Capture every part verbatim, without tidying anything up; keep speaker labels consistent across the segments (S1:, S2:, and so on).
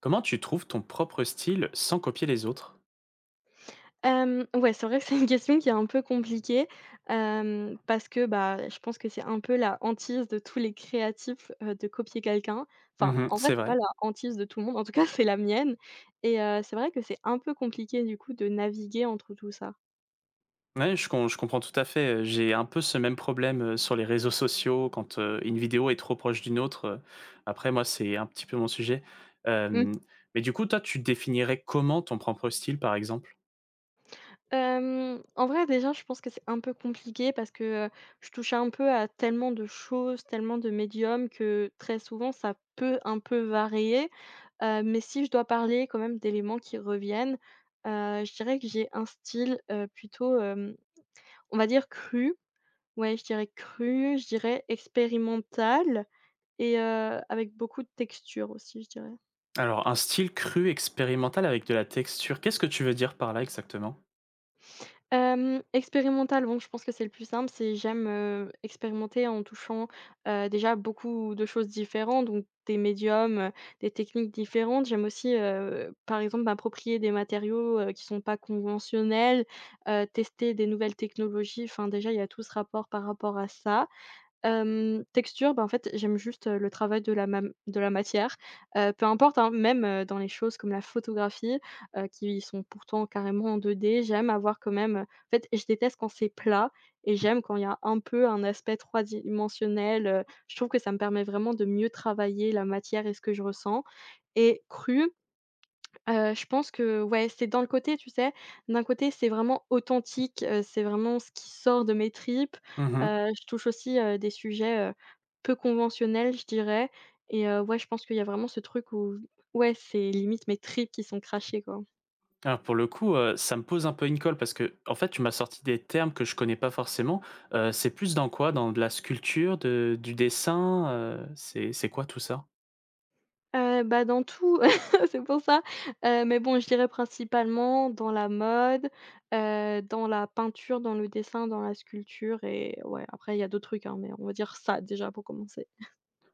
S1: Comment tu trouves ton propre style sans copier les autres?
S2: Hem, ouais, c'est vrai que c'est une question qui est un peu compliquée, hem, parce que, bah, je pense que c'est un peu la hantise de tous les créatifs, heu, de copier quelqu'un. Enfin,
S1: Mmh,
S2: en vrai,
S1: c'est
S2: c'est pas
S1: vrai.
S2: la hantise de tout le monde, en tout cas, c'est la mienne et heu, c'est vrai que c'est un peu compliqué, du coup, de naviguer entre tout ça.
S1: Ouais, je com je comprends tout à fait, heu, j'ai un peu ce même problème, heu, sur les réseaux sociaux quand, heu, une vidéo est trop proche d'une autre, heu, Après moi, c'est un petit peu mon sujet.
S2: Mmh.
S1: Hem, mais du coup, toi, tu définirais comment ton propre style, par exemple?
S2: Hem, en vrai, déjà, je pense que c'est un peu compliqué parce que, heu, je touche un peu à tellement de choses, tellement de médiums que, très souvent, ça peut un peu varier. Heu, mais si je dois parler quand même d'éléments qui reviennent, heu, je dirais que j'ai un style, heu, plutôt, hem, on va dire cru. Ouais, je dirais cru, je dirais expérimental et heu, avec beaucoup de texture aussi, je dirais.
S1: Alors, un style cru expérimental avec de la texture, qu'est-ce que tu veux dire par là exactement?
S2: Hem, expérimental, bon, je pense que c'est le plus simple. C'est j'aime, heu, expérimenter en touchant, heu, déjà beaucoup de choses différentes, donc des médiums, heu, des techniques différentes. J'aime aussi, heu, par exemple, m'approprier des matériaux, heu, qui sont pas conventionnels, heu, tester des nouvelles technologies. Enfin, déjà, il y a tout ce rapport par rapport à ça. Hem, texture, bah, en fait, j'aime juste, heu, le travail de la mam de la matière, heu, peu importe, hein, même, heu, dans les choses comme la photographie, heu, qui sont pourtant carrément en deux D, j'aime avoir quand même, heu en fait, je déteste quand c'est plat et j'aime quand il y a un peu un aspect trois dimensionnel, heu, je trouve que ça me permet vraiment de mieux travailler la matière et ce que je ressens et cru. Heu, je pense que ouais, c'est dans le côté, tu sais, d'un côté, c'est vraiment authentique, heu, c'est vraiment ce qui sort de mes tripes.
S1: Mmh.
S2: Heu, je touche aussi, heu, des sujets, heu, peu conventionnels, je dirais et heu, ouais, je pense qu'il y a vraiment ce truc où ouais, c'est limite mes tripes qui sont crachées, quoi.
S1: Alors pour le coup, heu, ça me pose un peu une colle parce que en fait, tu m'as sorti des termes que je connais pas forcément. Heu, c'est plus dans quoi? Dans de la sculpture, de du dessin, heu, c'est c'est quoi tout ça?
S2: Heu, bah, dans tout, c'est pour ça, heu, mais bon, je dirais principalement dans la mode, heu, dans la peinture, dans le dessin, dans la sculpture et ouais, après il y a d'autres trucs, hein, mais on va dire ça déjà pour commencer.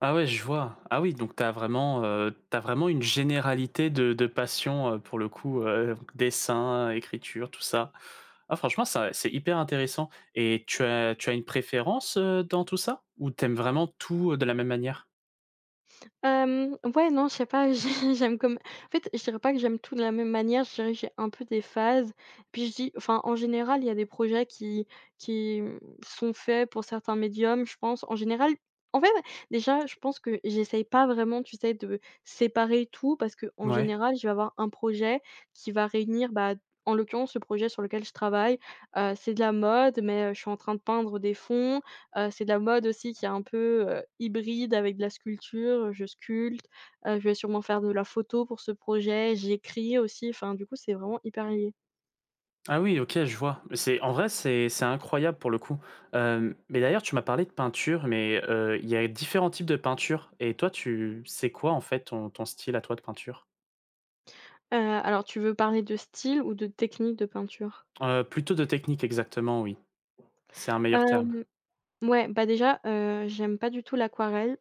S1: Ah ouais, je vois. Ah oui, donc t'as vraiment, heu, tu vraiment une généralité de de passions, heu, pour le coup, heu, dessin, écriture, tout ça. Ah franchement, ça c'est hyper intéressant et tu as tu as une préférence, heu, dans tout ça? Ou t'aimes vraiment tout, heu, de la même manière?
S2: Hem, ouais, non, je sais pas, j'ai j'aime comme en fait, je dirais pas que j'aime tout de la même manière, je dirais que j'ai un peu des phases. Puis je dis enfin, en général, il y a des projets qui qui, mmh, sont faits pour certains médiums, je pense. En général, en fait, déjà, je pense que j'essaye pas vraiment, tu sais, de séparer tout parce que en
S1: Ouais.
S2: général, je vais avoir un projet qui va réunir, bah, en l'occurrence, le projet sur lequel je travaille, heu, c'est de la mode, mais, heu, je suis en train de peindre des fonds. Heu, c'est de la mode aussi qui est un peu, heu, hybride avec de la sculpture, je sculpte, heu, je vais sûrement faire de la photo pour ce projet, j'écris aussi, enfin du coup c'est vraiment hyper lié.
S1: Ah oui, OK, je vois. Mais c'est en vrai, c'est c'est incroyable pour le coup. Hem, mais d'ailleurs, tu m'as parlé de peinture, mais, heu, il y a différents types de peinture et toi, tu c'est quoi en fait ton ton style à toi de peinture?
S2: Heu, alors tu veux parler de style ou de technique de peinture?
S1: Heu, plutôt de technique exactement, oui, c'est un meilleur terme.
S2: Hem, ouais, bah déjà, heu, j'aime pas du tout l'aquarelle.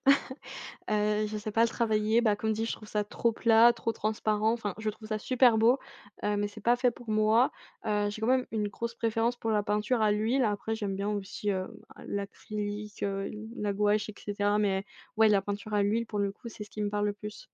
S2: Heu, je sais pas le travailler, bah, comme dit, je trouve ça trop plat, trop transparent, enfin, je trouve ça super beau, heu, mais c'est pas fait pour moi. Heu, j'ai quand même une grosse préférence pour la peinture à l'huile. Après, j'aime bien aussi, heu, l'acrylique, heu, la gouache et cetera, mais ouais, la peinture à l'huile, pour le coup, c'est ce qui me parle le plus.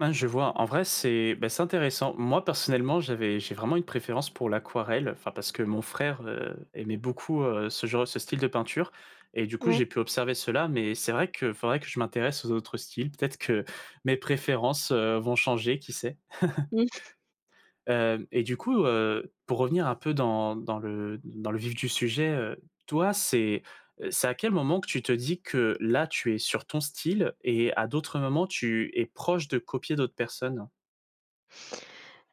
S1: Ah, je vois. En vrai, c'est bah, c'est intéressant. Moi, personnellement, j'avais j'ai vraiment une préférence pour l'aquarelle, enfin parce que mon frère, heu, aimait beaucoup, heu, ce genre ce style de peinture et du coup,
S2: Ouais.
S1: j'ai pu observer cela, mais c'est vrai que faudrait que je m'intéresse aux autres styles. Peut-être que mes préférences, heu, vont changer, qui sait? Hem Et du coup, heu, pour revenir un peu dans dans le dans le vif du sujet, heu, toi, c'est, heu, c'est à quel moment que tu te dis que là, tu es sur ton style et à d'autres moments, tu es proche de copier d'autres personnes?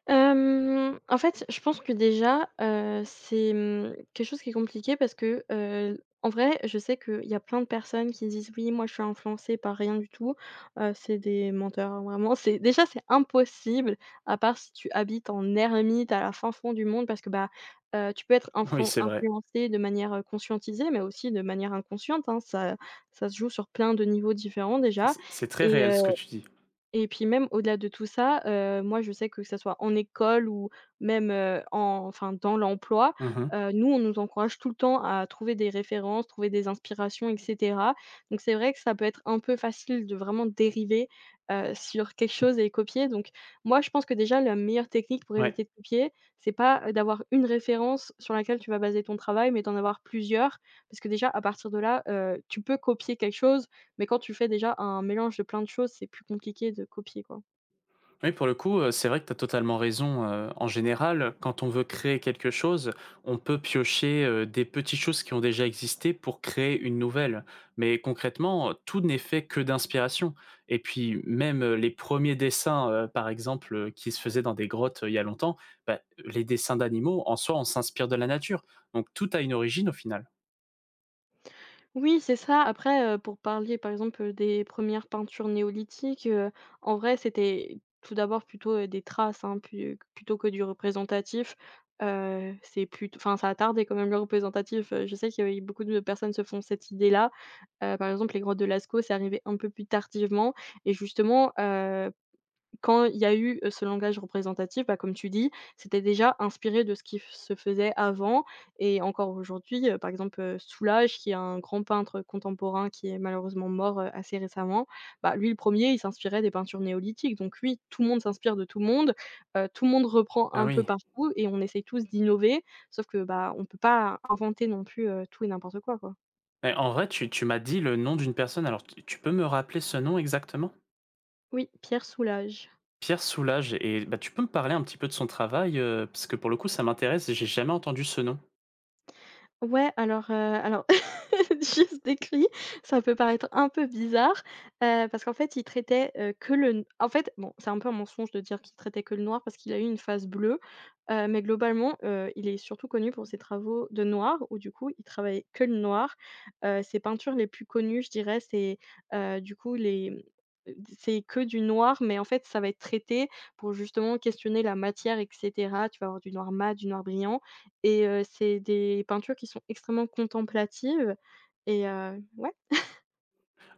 S2: Hem, en fait, je pense que déjà, heu, c'est, mmh, quelque chose qui est compliqué parce que, heu, en vrai, je sais qu'il y a plein de personnes qui disent: «Oui, moi, je suis influencée par rien du tout», heu, c'est des menteurs, hein, vraiment. C'est déjà, c'est impossible à part si tu habites en ermite à la fin fond du monde parce que, bah, heu, tu peux être
S1: Oui,
S2: influen
S1: c'est vrai.
S2: influencée de manière, heu, conscientisée mais aussi de manière inconsciente, hein. Ça ça se joue sur plein de niveaux différents déjà
S1: C'est c'est très réel ce que tu dis.
S2: et puis même au-delà de tout ça, heu, moi je sais que ça soit en école ou même, heu, en enfin dans l'emploi,
S1: Mmh.
S2: heu, nous on nous encourage tout le temps à trouver des références, trouver des inspirations et cetera. Donc c'est vrai que ça peut être un peu facile de vraiment dériver, heu, sur quelque chose et copier. Donc moi je pense que déjà la meilleure technique pour
S1: Ouais.
S2: éviter de copier, c'est pas, heu, d'avoir une référence sur laquelle tu vas baser ton travail, mais d'en avoir plusieurs. Parce que déjà à partir de là, heu, tu peux copier quelque chose mais quand tu fais déjà un mélange de plein de choses, c'est plus compliqué de copier, quoi.
S1: Oui, pour le coup, heu, c'est vrai que tu as totalement raison, heu, en général, quand on veut créer quelque chose, on peut piocher, heu, des petites choses qui ont déjà existé pour créer une nouvelle. Mais concrètement, heu, tout n'est fait que d'inspiration et puis même, heu, les premiers dessins, heu, par exemple, heu, qui se faisaient dans des grottes, heu, il y a longtemps, bah, les dessins d'animaux, en soi, on s'inspire de la nature. Donc tout a une origine au final.
S2: Oui, c'est ça. Après, heu, pour parler, par exemple, heu, des premières peintures néolithiques, heu, en vrai, c'était tout d'abord plutôt, heu, des traces, hein, pu plutôt que du représentatif. Heu, c'est plut enfin, ça a tardé quand même le représentatif, heu, je sais qu'il y avait beaucoup de personnes se font cette idée-là. Heu, par exemple, les grottes de Lascaux, c'est arrivé un peu plus tardivement et justement, heu Quand il y a eu, heu, ce langage représentatif, bah, comme tu dis, c'était déjà inspiré de ce qui f se faisait avant et encore aujourd'hui, heu, par exemple, heu, Soulages, qui est un grand peintre contemporain qui est malheureusement mort, heu, assez récemment, bah, lui le premier, il s'inspirait des peintures néolithiques. Donc oui, tout le monde s'inspire de tout le monde, heu, tout le monde reprend
S1: Ah
S2: un peu
S1: oui.
S2: partout et on essaye tous d'innover, sauf que, bah, on peut pas inventer non plus, heu, tout et n'importe quoi, quoi.
S1: Mais en vrai, tu tu m'as dit le nom d'une personne, alors tu tu peux me rappeler ce nom exactement?
S2: Oui, Pierre Soulages.
S1: Pierre Soulages, et bah, tu peux me parler un petit peu de son travail, heu, parce que pour le coup ça m'intéresse, j'ai jamais entendu ce nom.
S2: Ouais, alors, heu, alors juste décrit, ça peut paraître un peu bizarre, heu, parce qu'en fait, il traitait, heu, que le n en fait, bon, c'est un peu un mensonge de dire qu'il traitait que le noir parce qu'il a eu une phase bleue, heu, mais globalement, heu, il est surtout connu pour ses travaux de noir où du coup, il travaillait que le noir. Heu, ses peintures les plus connues, je dirais, c'est, heu, du coup, les, mmh, c'est que du noir, mais en fait, ça va être traité pour justement questionner la matière et cetera. Tu vas avoir du noir mat, du noir brillant et heu, c'est des peintures qui sont extrêmement contemplatives et heu, ouais.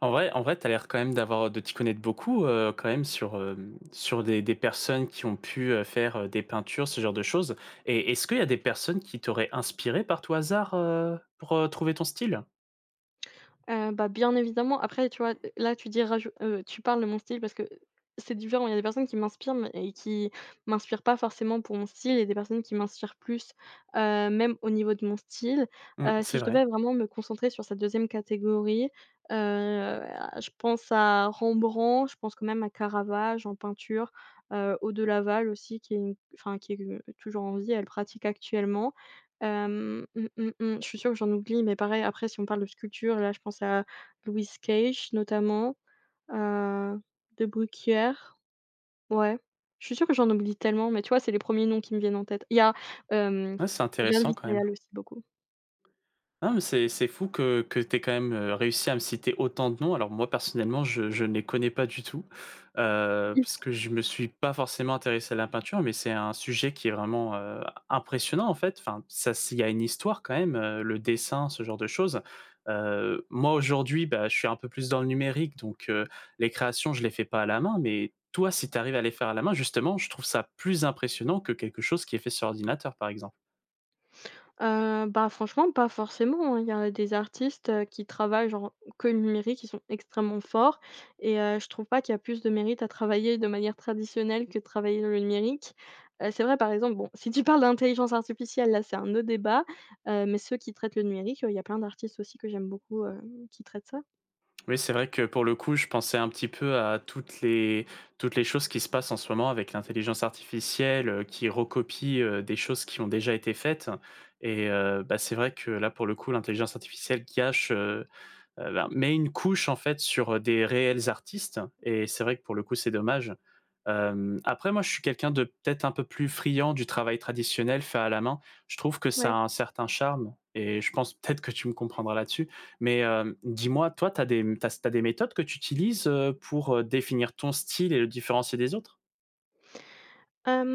S1: En vrai en vrai, tu as l'air quand même d'avoir de t'y connaître beaucoup, heu, quand même sur, hem, sur des des personnes qui ont pu, heu, faire, heu, des peintures, ce genre de choses, et est-ce qu'il y a des personnes qui t'auraient inspiré par tout hasard, heu, pour, heu, trouver ton style?
S2: Heu, bah, bien évidemment. Après, tu vois, là, tu dis rajou heu, tu parles de mon style parce que, c'est différent. Il y a des personnes qui m'inspirent mais et qui m'inspirent pas forcément pour mon style et des personnes qui m'inspirent plus, heu, même au niveau de mon style.
S1: Mmh,
S2: Heu,
S1: c'est
S2: si je devais
S1: vrai.
S2: vraiment me concentrer sur cette deuxième catégorie, heu, je pense à Rembrandt, je pense quand même à Caravage en peinture, heu, Aude Laval aussi qui est une enfin qui est toujours en vie, elle pratique actuellement. Hem, mmh, mmh, mmh, je suis sûre que j'en oublie, mais pareil, après, si on parle de sculpture, là, je pense à Louise Cage, notamment, heu, De Bruyckère, ouais. Je suis sûre que j'en oublie tellement, mais tu vois, c'est les premiers noms qui me viennent en tête. Il y a, hem,
S1: Ouais, c'est
S2: Jeanne
S1: intéressant quand même.
S2: Vittarial aussi, beaucoup.
S1: Non, mais c'est c'est fou que que tu aies quand même, heu, réussi à me citer autant de noms. Alors moi, personnellement, je je ne les connais pas du tout, heu, parce que je me suis pas forcément intéressé à la peinture, mais c'est un sujet qui est vraiment, heu, impressionnant, en fait. Enfin, ça s'il y a une histoire quand même, heu, le dessin, ce genre de choses. Heu, moi, aujourd'hui, bah, je suis un peu plus dans le numérique, donc heu, les créations, je les fais pas à la main, mais toi, si tu arrives à les faire à la main, justement, je trouve ça plus impressionnant que quelque chose qui est fait sur ordinateur, par exemple.
S2: Heu, bah, franchement, pas forcément, hein. Il y a des artistes, heu, qui travaillent genre que le numérique, qui sont extrêmement forts et heu, je trouve pas qu'il y a plus de mérite à travailler de manière traditionnelle que de travailler le numérique. Heu, c'est vrai, par exemple, bon, si tu parles d'intelligence artificielle, là, c'est un autre débat, heu, mais ceux qui traitent le numérique, heu, il y a plein d'artistes aussi que j'aime beaucoup, heu, qui traitent ça.
S1: Oui, c'est vrai que pour le coup, je pensais un petit peu à toutes les, toutes les choses qui se passent en ce moment avec l'intelligence artificielle euh, qui recopie euh, des choses qui ont déjà été faites. Et euh, bah, c'est vrai que là, pour le coup, l'intelligence artificielle gâche euh, Heu, ben, met une couche, en fait, sur euh, des réels artistes et c'est vrai que pour le coup, c'est dommage. Hem, après moi, je suis quelqu'un de peut-être un peu plus friand du travail traditionnel fait à la main. Je trouve que ça a
S2: Ouais.
S1: un certain charme et je pense peut-être que tu me comprendras là-dessus. Mais, hem, dis-moi, toi, tu as des t'as t'as des méthodes que tu utilises, heu, pour, heu, définir ton style et le différencier des autres?
S2: Hem,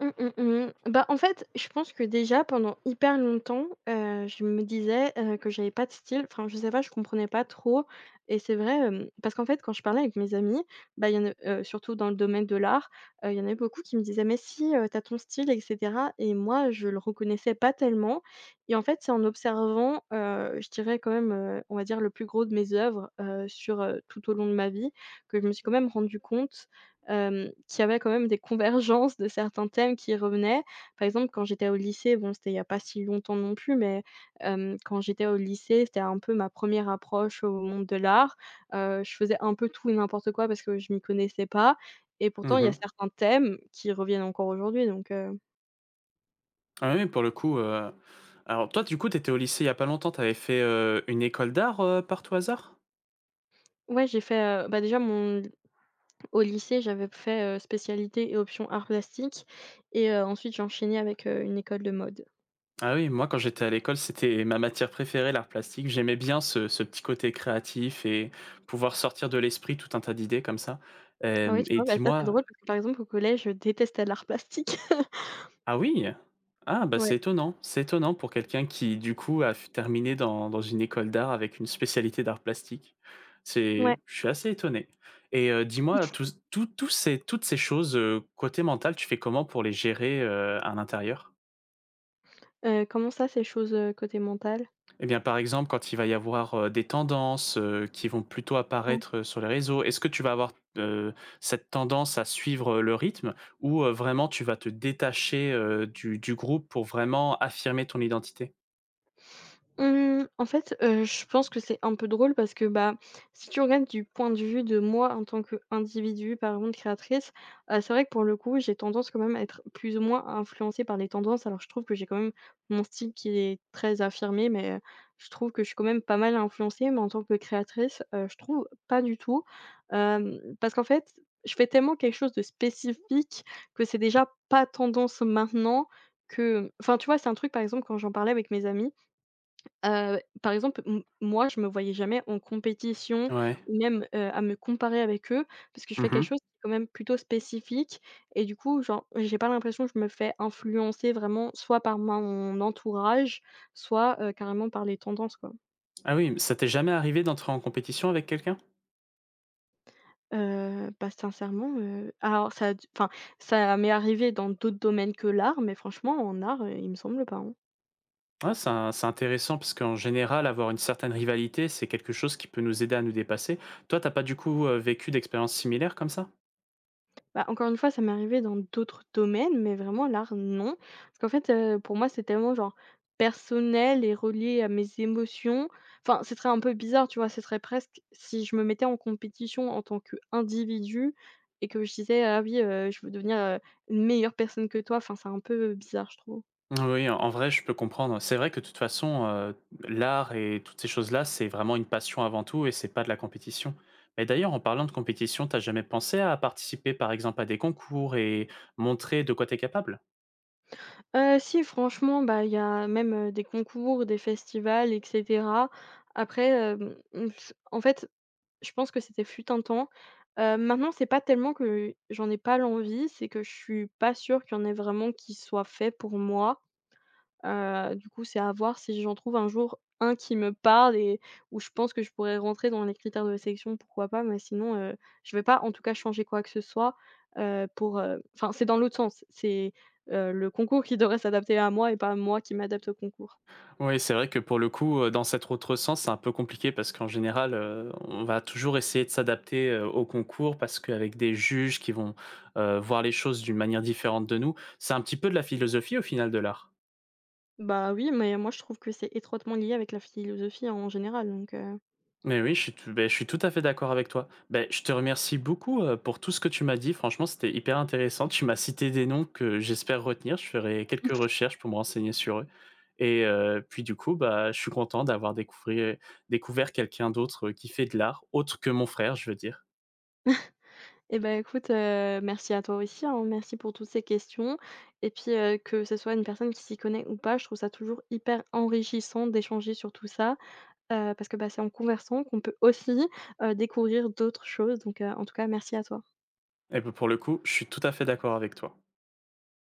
S2: mmh, mmh, mmh. Bah, en fait, je pense que déjà pendant hyper longtemps, heu, je me disais, heu, que j'avais pas de style. Enfin, je sais pas, je comprenais pas trop et c'est vrai, hem, parce qu'en fait, quand je parlais avec mes amis, bah, il y en a heu, surtout dans le domaine de l'art, heu, il y en avait beaucoup qui me disaient: «Mais si, heu, tu as ton style et cetera» et moi, je le reconnaissais pas tellement et en fait, c'est en observant, heu, je dirais quand même, heu, on va dire le plus gros de mes œuvres, heu, sur, heu, tout au long de ma vie que je me suis quand même rendue compte hem, qui avait quand même des convergences de certains thèmes qui revenaient. Par exemple, quand j'étais au lycée, bon, c'était il y a pas si longtemps non plus, mais hem, quand j'étais au lycée, c'était un peu ma première approche au monde de l'art. Heu, je faisais un peu tout et n'importe quoi parce que je m'y connaissais pas, et pourtant il y a
S1: Mmh.
S2: certains thèmes qui reviennent encore aujourd'hui, donc heu
S1: Ah oui, pour le coup, heu Alors toi, du coup, tu étais au lycée il y a pas longtemps, tu avais fait, heu, une école d'art, heu, par tout hasard?
S2: ouais, j'ai fait, heu, bah, déjà mon au lycée, j'avais fait, heu, spécialité et option art plastique, et heu, ensuite j'ai enchaîné avec, heu, une école de mode.
S1: Ah oui, moi, quand j'étais à l'école, c'était ma matière préférée, l'art plastique. J'aimais bien ce, ce petit côté créatif et pouvoir sortir de l'esprit tout un tas d'idées comme ça.
S2: Ah
S1: Euh,
S2: ouais, tu
S1: et
S2: vois? Bah, ça, c'est
S1: dis-moi,
S2: drôle parce que, par exemple, au collège, je détestais l'art plastique.
S1: ah oui, ah bah
S2: Ouais,
S1: c'est étonnant, c'est étonnant pour quelqu'un qui du coup a f- terminé dans, dans une école d'art avec une spécialité d'art plastique. C'est,
S2: ouais.
S1: je suis assez étonné. Et euh, dis-moi, tous- tout- tous ces, toutes ces choses euh, côté mental, tu fais comment pour les gérer euh, à l'intérieur?
S2: Heu, comment ça, ces choses, heu, côté mental?
S1: Eh bien, par exemple, quand il va y avoir, heu, des tendances, heu, qui vont plutôt apparaître, heu, sur les réseaux, est-ce que tu vas avoir, heu, cette tendance à suivre, heu, le rythme ou, heu, vraiment tu vas te détacher, heu, du du groupe pour vraiment affirmer ton identité?
S2: Mmh, en fait, heu, je pense que c'est un peu drôle parce que, bah, si tu regardes du point de vue de moi en tant qu'individu, par exemple, créatrice, heu, c'est vrai que pour le coup, j'ai tendance quand même à être plus ou moins influencée par les tendances. Alors je trouve que j'ai quand même mon style qui est très affirmé, mais, heu, je trouve que je suis quand même pas mal influencée, mais en tant que créatrice, heu, je trouve pas du tout. Hem, parce qu'en fait, je fais tellement quelque chose de spécifique que c'est déjà pas tendance maintenant que, enfin, tu vois? C'est un truc, par exemple, quand j'en parlais avec mes amis. Heu, par exemple, m moi, je me voyais jamais en compétition
S1: Ouais.
S2: ou même, heu, à me comparer avec eux parce que je fais quelque
S1: Mmh.
S2: chose qui est quand même plutôt spécifique, et du coup, genre, j'ai pas l'impression que je me fais influencer vraiment soit par mon entourage, soit, heu, carrément par les tendances, quoi.
S1: Ah oui, ça t'est jamais arrivé d'entrer en compétition avec quelqu'un?
S2: Heu, bah, sincèrement, heu, alors ça a d enfin, ça m'est arrivé dans d'autres domaines que l'art, mais franchement en art, heu, il me semble pas, hein.
S1: Ah, c'est in c'est intéressant parce qu'en général, avoir une certaine rivalité, c'est quelque chose qui peut nous aider à nous dépasser. Toi, t'as pas du coup, heu, vécu d'expériences similaires comme ça?
S2: Bah, encore une fois, ça m'est arrivé dans d'autres domaines, mais vraiment l'art, non. Parce qu'en fait, heu, pour moi, c'est tellement genre personnel et relié à mes émotions. Enfin, ce serait un peu bizarre, tu vois? Ce serait presque si je me mettais en compétition en tant qu'individu et que je disais: «Ah oui, heu, je veux devenir, heu, une meilleure personne que toi». Enfin, c'est un peu bizarre, je trouve.
S1: Oui, en en vrai, je peux comprendre. C'est vrai que de toute façon, heu, l'art et toutes ces choses-là, c'est vraiment une passion avant tout et c'est pas de la compétition. Mais d'ailleurs, en parlant de compétition, t'as jamais pensé à participer, par exemple, à des concours et montrer de quoi t'es capable?
S2: Heu, si franchement, bah, il y a même, heu, des concours, des festivals et cetera. Après, hem, mmh, en fait, je pense que c'était fut un temps. Heu, maintenant, c'est pas tellement que j'en ai pas l'envie, c'est que je suis pas sûre qu'il y en ait vraiment qui soit fait pour moi. Heu, du coup, c'est à voir si j'en trouve un jour un qui me parle et où je pense que je pourrais rentrer dans les critères de sélection, pourquoi pas, mais sinon, heu, je vais pas en tout cas changer quoi que ce soit, heu, pour, heu enfin, c'est dans l'autre sens. C'est, heu, le concours qui devrait s'adapter à moi et pas moi qui m'adapte au concours.
S1: Oui, c'est vrai que pour le coup, heu, dans cet autre sens, c'est un peu compliqué parce qu'en général, heu, on va toujours essayer de s'adapter, heu, au concours parce qu'avec des juges qui vont, heu, voir les choses d'une manière différente de nous, c'est un petit peu de la philosophie au final de l'art.
S2: Bah, oui, mais moi je trouve que c'est étroitement lié avec la philosophie hein, en général, donc heu
S1: Mais oui, je suis tout, beh, je suis tout à fait d'accord avec toi. Beh, je te remercie beaucoup euh, pour tout ce que tu m'as dit. Franchement, c'était hyper intéressant. Tu m'as cité des noms que j'espère retenir. Je ferai quelques recherches pour me renseigner sur eux. Et euh, puis du coup, bah, je suis content d'avoir découvert, découvert quelqu'un d'autre euh, qui fait de l'art, autre que mon frère, je veux dire.
S2: Eh ben, écoute, heu, merci à toi aussi, hein. Merci pour toutes ces questions, et puis, heu, que ce soit une personne qui s'y connaît ou pas, je trouve ça toujours hyper enrichissant d'échanger sur tout ça, heu, parce que, bah, c'est en conversant qu'on peut aussi, heu, découvrir d'autres choses, donc, heu, en tout cas merci à toi.
S1: Et ben, pour le coup, je suis tout à fait d'accord avec toi.